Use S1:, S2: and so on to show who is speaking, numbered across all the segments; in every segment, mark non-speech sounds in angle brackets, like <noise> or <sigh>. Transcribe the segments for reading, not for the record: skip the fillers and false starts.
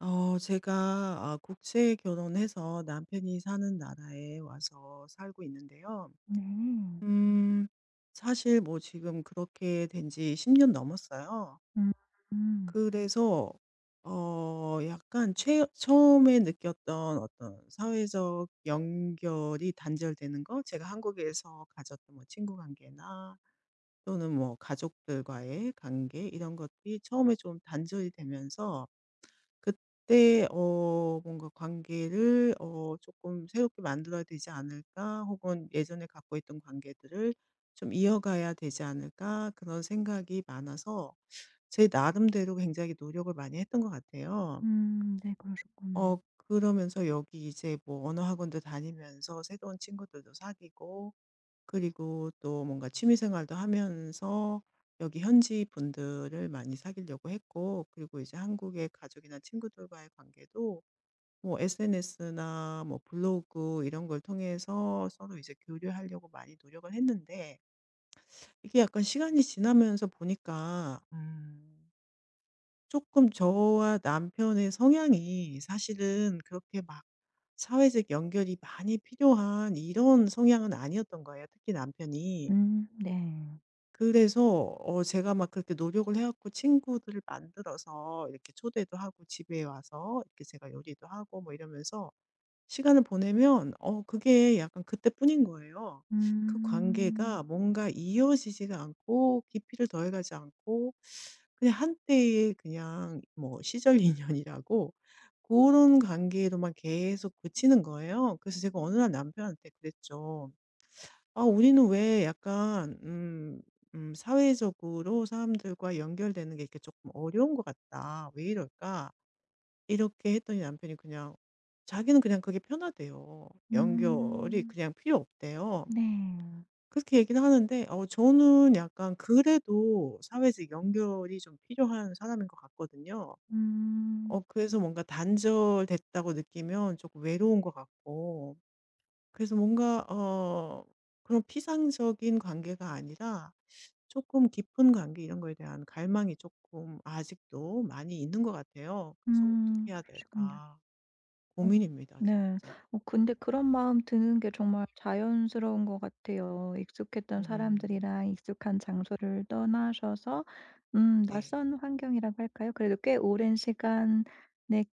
S1: 제가 국제 결혼해서 남편이 사는 나라에 와서 살고 있는데요.
S2: 네.
S1: 음 사실 뭐 지금 그렇게 된 지 10년 넘었어요.
S2: 음. 음.
S1: 그래서 약간 최 처음에 느꼈던 어떤 사회적 연결이 단절되는 거, 제가 한국에서 가졌던 뭐 친구 관계나 또는 뭐 가족들과의 관계 이런 것들이 처음에 좀 단절이 되면서, 그때 뭔가 '관계를 어금 새롭게 만들어야 되지 않을까?' 혹은 '예전에 갖고 있던 관계들을 좀 이어가야 되지 않을까?' 그런 생각이 많아서 제 나름대로 굉장히 노력을 많이 했던 것 같아요.
S2: 음. 네, 그러셨군요.
S1: 그러면서 여기 이제 뭐 언어 학원도 다니면서 새로운 친구들도 사귀고, 그리고 또 뭔가 취미 생활도 하면서 여기 현지 분들을 많이 사귀려고 했고, 그리고 이제 한국의 가족이나 친구들과의 관계도 뭐 SNS나 뭐 블로그 이런 걸 통해서 서로 이제 교류하려고 많이 노력을 했는데, 이게 약간 시간이 지나면서 보니까 금 저와 남편의 성향이 사실은 그렇게 막 사회적 연결이 많이 필요한 이런 성향은 아니었던 거예요, 특히 남편이.
S2: 음. 네.
S1: 그래서 제가 막 그렇게 노력을 해 갖고 친구들을 만들어서 이렇게 초대도 하고 집에 와서 이렇게 제가 요리도 하고 뭐 이러면서 시간을 보내면 그게 약간 그때뿐인 거예요. 그
S2: 음.
S1: 관계가 뭔가 이어지지가 않고 깊이를 더해 가지 않고, 그냥 한때의 그냥 뭐 시절 <laughs> 인연이라고, 그런 관계로만 계속 그치는 거예요. 그래서 제가 어느 날 남편한테 그랬죠. "아 우리는 왜 약간 사회적으로 사람들과 연결되는 게 이렇게 조금 어려운 것 같다. 왜 이럴까?" 이렇게 했더니 남편이 그냥 자기는 그냥 그게 편하대요. 연결이
S2: 음.
S1: 그냥 필요 없대요.
S2: 네.
S1: 그렇게 얘기는 하는데 저는 약간 그래도 사회적 연결이 좀 필요한 사람인 것 같거든요.
S2: 음.
S1: 그래서 뭔가 단절됐다고 느끼면 조금 외로운 것 같고, 그래서 뭔가 그런 피상적인 관계가 아니라 조금 깊은 관계, 이런 거에 대한 갈망이 조금 아직도 많이 있는 것 같아요. 그래서
S2: 음.
S1: 어떻게 해야
S2: 그러시군요.
S1: 될까?
S2: 어
S1: 고민입니다,
S2: 네.
S1: 진짜.
S2: 근데 그런 마음 드는 게 정말 자연스러운 것 같아요. 익숙했던
S1: 음.
S2: 사람들이랑 익숙한 장소를 떠나셔서 음,
S1: 네.
S2: 낯선 환경이라고 할까요? 그래도 꽤 오랜 시간에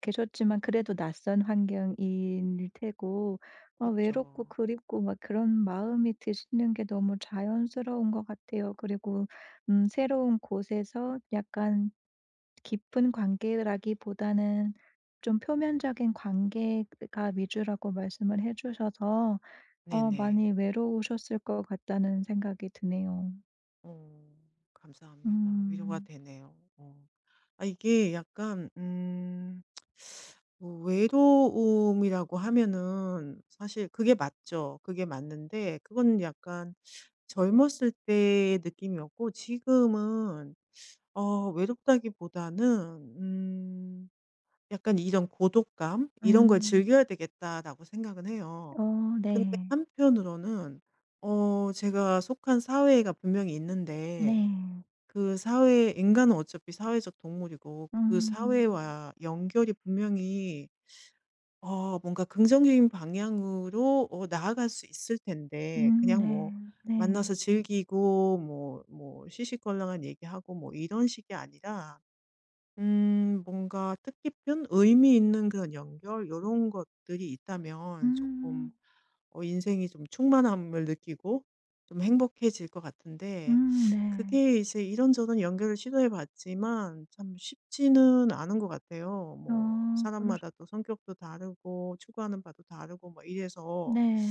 S2: 계셨지만 그래도 낯선 환경일 테고,
S1: 그렇
S2: 외롭고
S1: 죠
S2: 그립고 막 그런 마음이 드시는 게 너무 자연스러운 것 같아요. 그리고 음, 새로운 곳에서 약간 깊은 관계라기보다는 좀 표면적인 관계가 위주라고 말씀을 해 주셔서
S1: 네네.
S2: 많이 외로우셨을 것 같다는 생각이 드네요.
S1: 어. 감사합니다. 위로가
S2: 음.
S1: 되네요. 어. 이게 약간 뭐 외로움이라고 하면은 사실 그게 맞죠. 그게 맞는데 그건 약간 젊었을 때의 느낌이었고, 지금은 외롭다기보다는 약간 이런 고독감 이런 걸
S2: 음.
S1: 즐겨야 되겠다라고 생각은 해요. 근데
S2: 네.
S1: 한편으로는 제가 속한 사회가 분명히 있는데,
S2: 네.
S1: 그 사회, 인간은 어차피 사회적 동물이고, 그
S2: 음.
S1: 사회와 연결이 분명히 뭔가 긍정적인 방향으로 나아갈 수 있을 텐데,
S2: 음.
S1: 그냥 뭐
S2: 네. 네.
S1: 만나서 즐기고 뭐 시시껄렁한 얘기하고 뭐 이런 식이 아니라 뭔가 뜻깊은, 의미 있는 그런 연결, 이런 것들이 있다면 조금
S2: 음.
S1: 인생이 좀 충만함을 느끼고 좀 행복해질 것 같은데,
S2: 음. 네.
S1: 그게 이제 이런저런 연결을 시도해 봤지만 참 쉽지는 않은 것 같아요. 뭐
S2: 어 그러시
S1: 사람마다 또 성격도 다르고 추구하는 바도 다르고 뭐 이래서
S2: 네.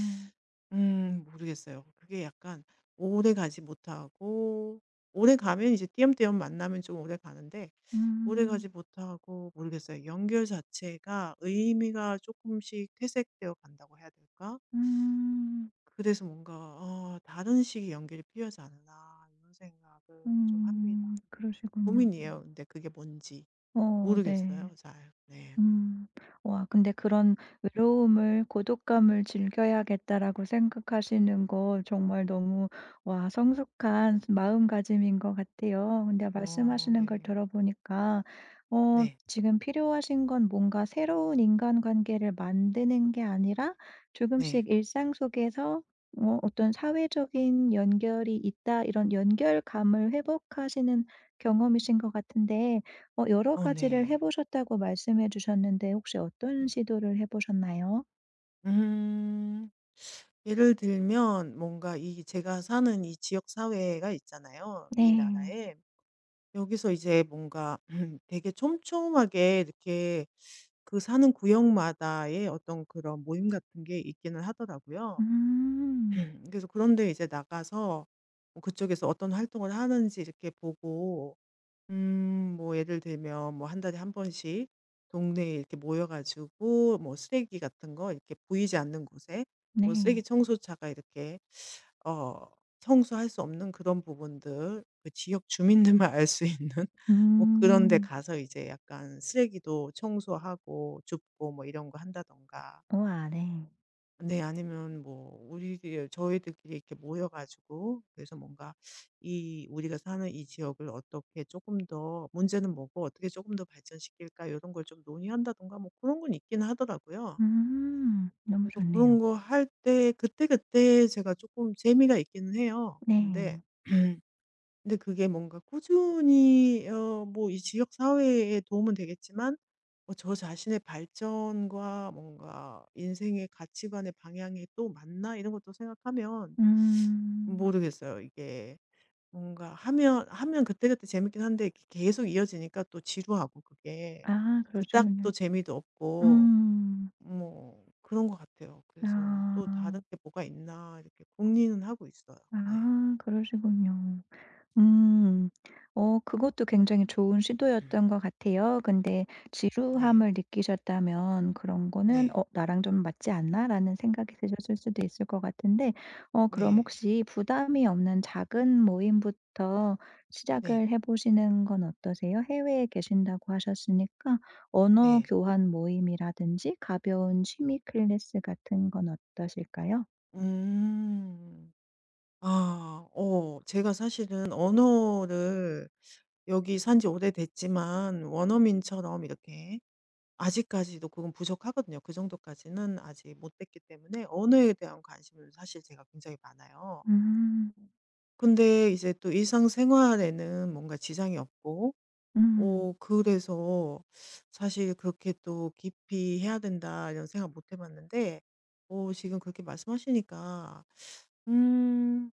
S1: 모르겠어요. 그게 약간 오래가지 못하고, 오래가면 이제 띄엄띄엄 만나면 좀 오래가는데
S2: 음.
S1: 오래가지 못하고 모르겠어요. 연결 자체가 의미가 조금씩 퇴색되어 간다고 해야 될까?
S2: 음.
S1: 그래서 뭔가 '다른 식의 연결이 필요하지 않나.' 이런 생각을 좀
S2: 음.
S1: 합니다. 네.
S2: 그러시군요.
S1: 고민이에요. 음. 근데 그게 뭔지
S2: 네.
S1: 모르겠어요 잘. 네.
S2: 음. 와, 근데 그런
S1: 음.
S2: '외로움을 고독감을 즐겨야겠다.'라고 생각하시는 거 정말 너무, 와, 성숙한 마음가짐인 것 같아요. 근데
S1: 어
S2: 말씀하시는 걸
S1: 네.
S2: 들어보니까
S1: 네.
S2: 지금 필요하신 건 뭔가 새로운 인간관계를 만드는 게 아니라
S1: 네.
S2: 조금씩 일상 속에서 어떤 '사회적인 연결이 있다.' 이런 연결감을 회복하시는 경험이신 것 같은데, 여러
S1: 어
S2: 가지를 해
S1: 네.
S2: 보셨다고 말씀해 주셨는데 혹시 어떤
S1: 음.
S2: 시도를 해 보셨나요?
S1: 음. 예를 들면 뭔가 이 제가 사는 이 지역 사회가 있잖아요, 이
S2: 네.
S1: 나라에. 여기서 이제 뭔가 <clears throat> 되게 촘촘하게 이렇게 그 사는 구역마다의 어떤 그런 모임 같은 게 있기는 하더라고요.
S2: 음.
S1: <clears throat> 그래서 그런 데 이제 나가서 뭐 그쪽에서 어떤 활동을 하는지 이렇게 보고, 뭐 예를 들면 뭐 한 달에 한 번씩 동네에 이렇게 모여 가지고 뭐 쓰레기 같은 거 이렇게 보이지 않는 곳에, 뭐 쓰레기
S2: 네.
S1: 청소차가 이렇게 어 청소할 수 없는 그런 부분들, 그 지역 주민들만 <laughs> 알 수 있는 <laughs> 뭐 그런 데
S2: 음.
S1: 가서 이제 약간 쓰레기도 청소하고 줍고 뭐 이런 거 한다든가,
S2: 우와, 네.
S1: 네, 아니면 뭐 우리들 저희들끼리 이렇게 모여 가지고, 그래서 뭔가 이 우리가 사는 이 지역을 어떻게 조금 더, 문제는 뭐고 어떻게 조금 더 발전시킬까, 이런 걸 좀 논의한다든가 뭐 그런 건 있긴 하더라고요.
S2: 음. 너무
S1: 그래서
S2: 좋네요.
S1: 그런 거 할 때 그때그때 제가 조금 재미가 있기는 해요. 근데
S2: 네.
S1: <clears throat> 근데 그게 뭔가 꾸준히 뭐 이 지역 사회에 도움은 되겠지만, 저 자신의 발전과 뭔가 인생의 가치관의 방향이 또 맞나 이런 것도 생각하면
S2: 음.
S1: 모르겠어요. 이게 뭔가 하면 그때그때 재밌긴 한데 이렇게 계속 이어지니까 또 지루하고, 그게
S2: 아,
S1: 그닥
S2: 그러시군요.
S1: 또 재미도 없고
S2: 음.
S1: 뭐 그런 것 같아요. 그래서
S2: 아.
S1: 또 다른 게 뭐가 있나 이렇게 궁리는 하고 있어요. 네.
S2: 아, 그러시군요. 음. 그것도 굉장히 좋은
S1: 음.
S2: 시도였던 것 같아요. 근데
S1: 네.
S2: 지루함을 느끼셨다면 그런 거는
S1: 네.
S2: '어 나랑 좀 맞지 않나?'라는 생각이 드셨을 수도 있을 것 같은데, 그럼
S1: 네.
S2: 혹시 부담이 없는 작은 모임부터
S1: 네.
S2: 시작을 해 보시는 건 어떠세요? 해외에 계신다고 하셨으니까 언어
S1: 네.
S2: 교환 모임이라든지 가벼운 취미 클래스 같은 건 어떠실까요?
S1: 음. 아. 제가 사실은 언어를, 여기 산지 오래됐지만 원어민처럼 이렇게 아직까지도 그건 부족하거든요. 그 정도까지는 아직 못 됐기 때문에 언어에 대한 관심은 사실 제가 굉장히 많아요.
S2: 음.
S1: 근데 이제 또 일상생활에는 뭔가 지장이 없고,
S2: 음.
S1: 그래서 사실 그렇게 또 '깊이 해야 된다.' 이런 생각 못해 봤는데, 지금 그렇게 말씀하시니까 음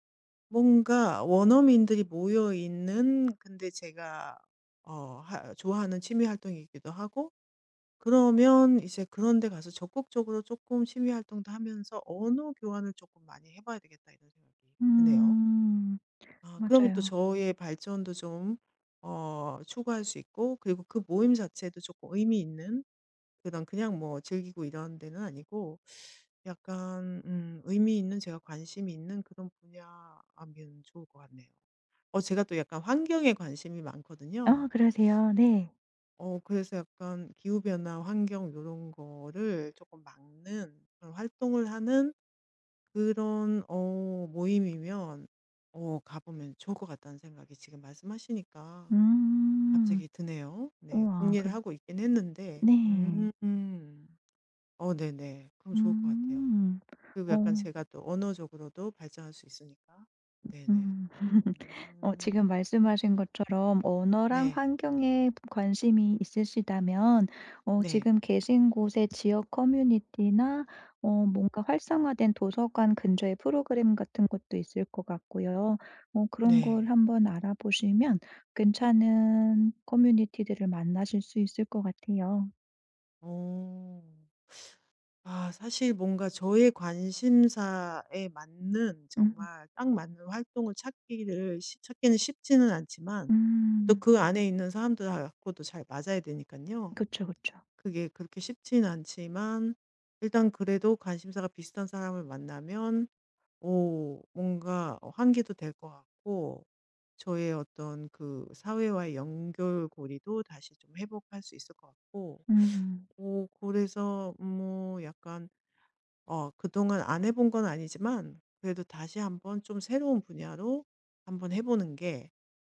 S1: 뭔가 원어민들이 모여 있는, 근데 제가 어 하 좋아하는 취미 활동이기도 하고, 그러면 이제 그런 데 가서 적극적으로 조금 취미 활동도 하면서 '언어 교환을 조금 많이 해 봐야 되겠다.' 이런 생각이 드네요.
S2: 음.
S1: 아 그러면 또
S2: 맞아요.
S1: 저의 발전도 좀 추구할 수 있고, 그리고 그 모임 자체도 조금 의미 있는, 그런 그냥 뭐 즐기고 이런 데는 아니고 약간 의미 있는, 제가 관심이 있는 그런 분야면 좋을 것 같네요. 제가 또 약간 환경에 관심이 많거든요.
S2: 아, 그러세요? 네.
S1: 그래서 약간 기후 변화, 환경 요런 거를 조금 막는 그런 활동을 하는, 그런 모임이면 가 보면 좋을 것 같다는 생각이 지금 말씀하시니까
S2: 음.
S1: 갑자기 드네요. 네.
S2: 우와,
S1: 궁리를
S2: 그,
S1: 하고 있긴 했는데.
S2: 네.
S1: 음. 음. 어 네네. 그럼 좋을 것 같아요.
S2: 음.
S1: 그리고 약간
S2: 어,
S1: 제가 또 언어적으로도 발전할 수 있으니까. 네네.
S2: 음. <laughs> 지금
S1: 음.
S2: 말씀하신 것처럼 언어랑
S1: 네.
S2: 환경에 관심이 있으시다면
S1: 네.
S2: 지금 계신 곳의 지역 커뮤니티나 뭔가 활성화된 도서관 근처의 프로그램 같은 것도 있을 것 같고요. 그런 걸
S1: 네.
S2: 한번 알아보시면 괜찮은 커뮤니티들을 만나실 수 있을 것 같아요.
S1: 어. 아 사실 뭔가 저의 관심사에 맞는
S2: 음.
S1: 정말 딱 맞는 활동을 찾기를 찾기는 쉽지는 않지만, 또
S2: 음.
S1: 그 안에 있는 사람들하고도 잘 맞아야 되니까요.
S2: 그쵸, 그쵸.
S1: 그게 그렇게 쉽지는 않지만 일단 그래도 관심사가 비슷한 사람을 만나면, 오 뭔가 환기도 될 것 같고 저의 어떤 그 사회와의 연결고리도 다시 좀 회복할 수 있을 것 같고,
S2: 음.
S1: 오 그래서 뭐 약간 그동안 안 해본 건 아니지만 그래도 다시 한번 좀 새로운 분야로 한번 해 보는 게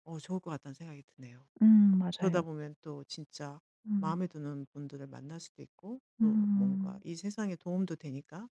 S1: 좋을 것 같다는 생각이 드네요.
S2: 음,
S1: 그러다
S2: 맞아요.
S1: 보면 또 진짜
S2: 음.
S1: 마음에 드는 분들을 만날 수도 있고, 또 뭔가
S2: 음.
S1: 이 세상에 도움도 되니까.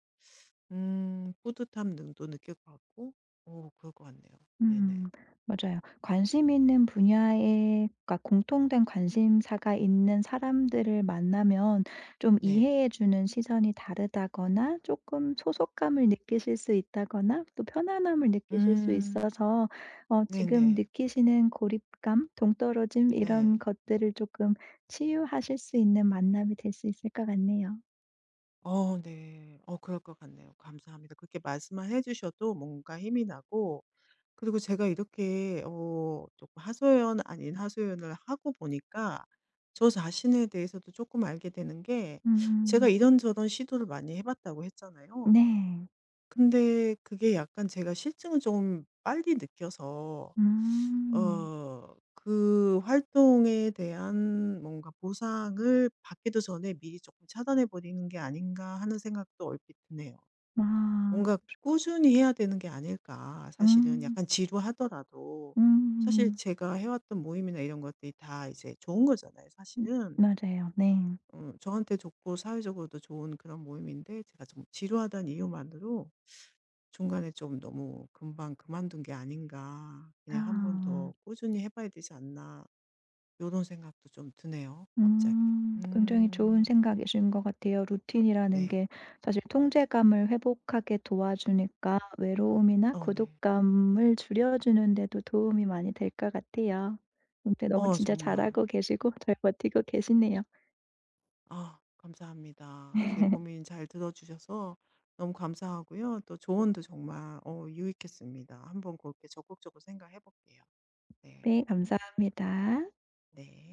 S1: 음. 뿌듯함 등도 느낄 것 같고, 오 그럴 것 같네요. 네네.
S2: 음. 맞아요. 관심 있는 분야에, 그러니까 공통된 관심사가 있는 사람들을 만나면 좀
S1: 네.
S2: 이해해 주는 시선이 다르다거나 조금 소속감을 느끼실 수 있다거나 또 편안함을 느끼실 수
S1: 음.
S2: 있어서, 지금
S1: 네네.
S2: 느끼시는 고립감, 동떨어짐
S1: 네.
S2: 이런 것들을 조금 치유하실 수 있는 만남이 될 수 있을 것 같네요.
S1: 어 네. 어 그럴 것 같네요. 감사합니다. 그렇게 말씀만 해 주셔도 뭔가 힘이 나고, 그리고 제가 이렇게 조금 하소연 아닌 하소연을 하고 보니까 저 자신에 대해서도 조금 알게 되는 게, 제가
S2: 음.
S1: 이런저런 시도를 많이 해 봤다고 했잖아요.
S2: 네.
S1: 근데 그게 약간 제가 실증을 좀 빨리 느껴서,
S2: 음.
S1: 그 활동에 대한 뭔가 보상을 받기도 전에 미리 조금 차단해 버리는 게 아닌가 하는 생각도 얼핏 드네요.
S2: 아.
S1: 뭔가 '꾸준히 해야 되는 게 아닐까.' 사실은
S2: 음.
S1: 약간 지루하더라도, 사실
S2: 음.
S1: 제가 해 왔던 모임이나 이런 것들이 다 이제 좋은 거잖아요
S2: 음.
S1: 사실은.
S2: 맞아요. 네.
S1: 저한테 좋고 사회적으로도 좋은 그런 모임인데, 제가 좀 지루하다는 이유만으로 중간에 좀 너무 금방 그만둔 게 아닌가. 그냥 '한번 더
S2: 아.
S1: 꾸준히 해 봐야 되지 않나.' 요런 생각도 좀 드네요, 갑자기.
S2: 음. 굉장히 좋은
S1: 음.
S2: 생각이신 것 같아요. 루틴이라는
S1: 네.
S2: 게 사실 통제감을 회복하게 도와주니까 외로움이나
S1: 어 네.
S2: 고독감을 줄여주는 데도 도움이 많이 될 것 같아요. 근데 너무 진짜
S1: 정말
S2: 잘하고 계시고 잘 버티고 계시네요.
S1: 아 감사합니다. 제
S2: <laughs>
S1: 고민 잘 들어 주셔서 너무 감사하고요. 또 조언도 정말 유익했습니다. 한번 그렇게 적극적으로 생각해 볼게요. 네.
S2: 네. 감사합니다.
S1: 네.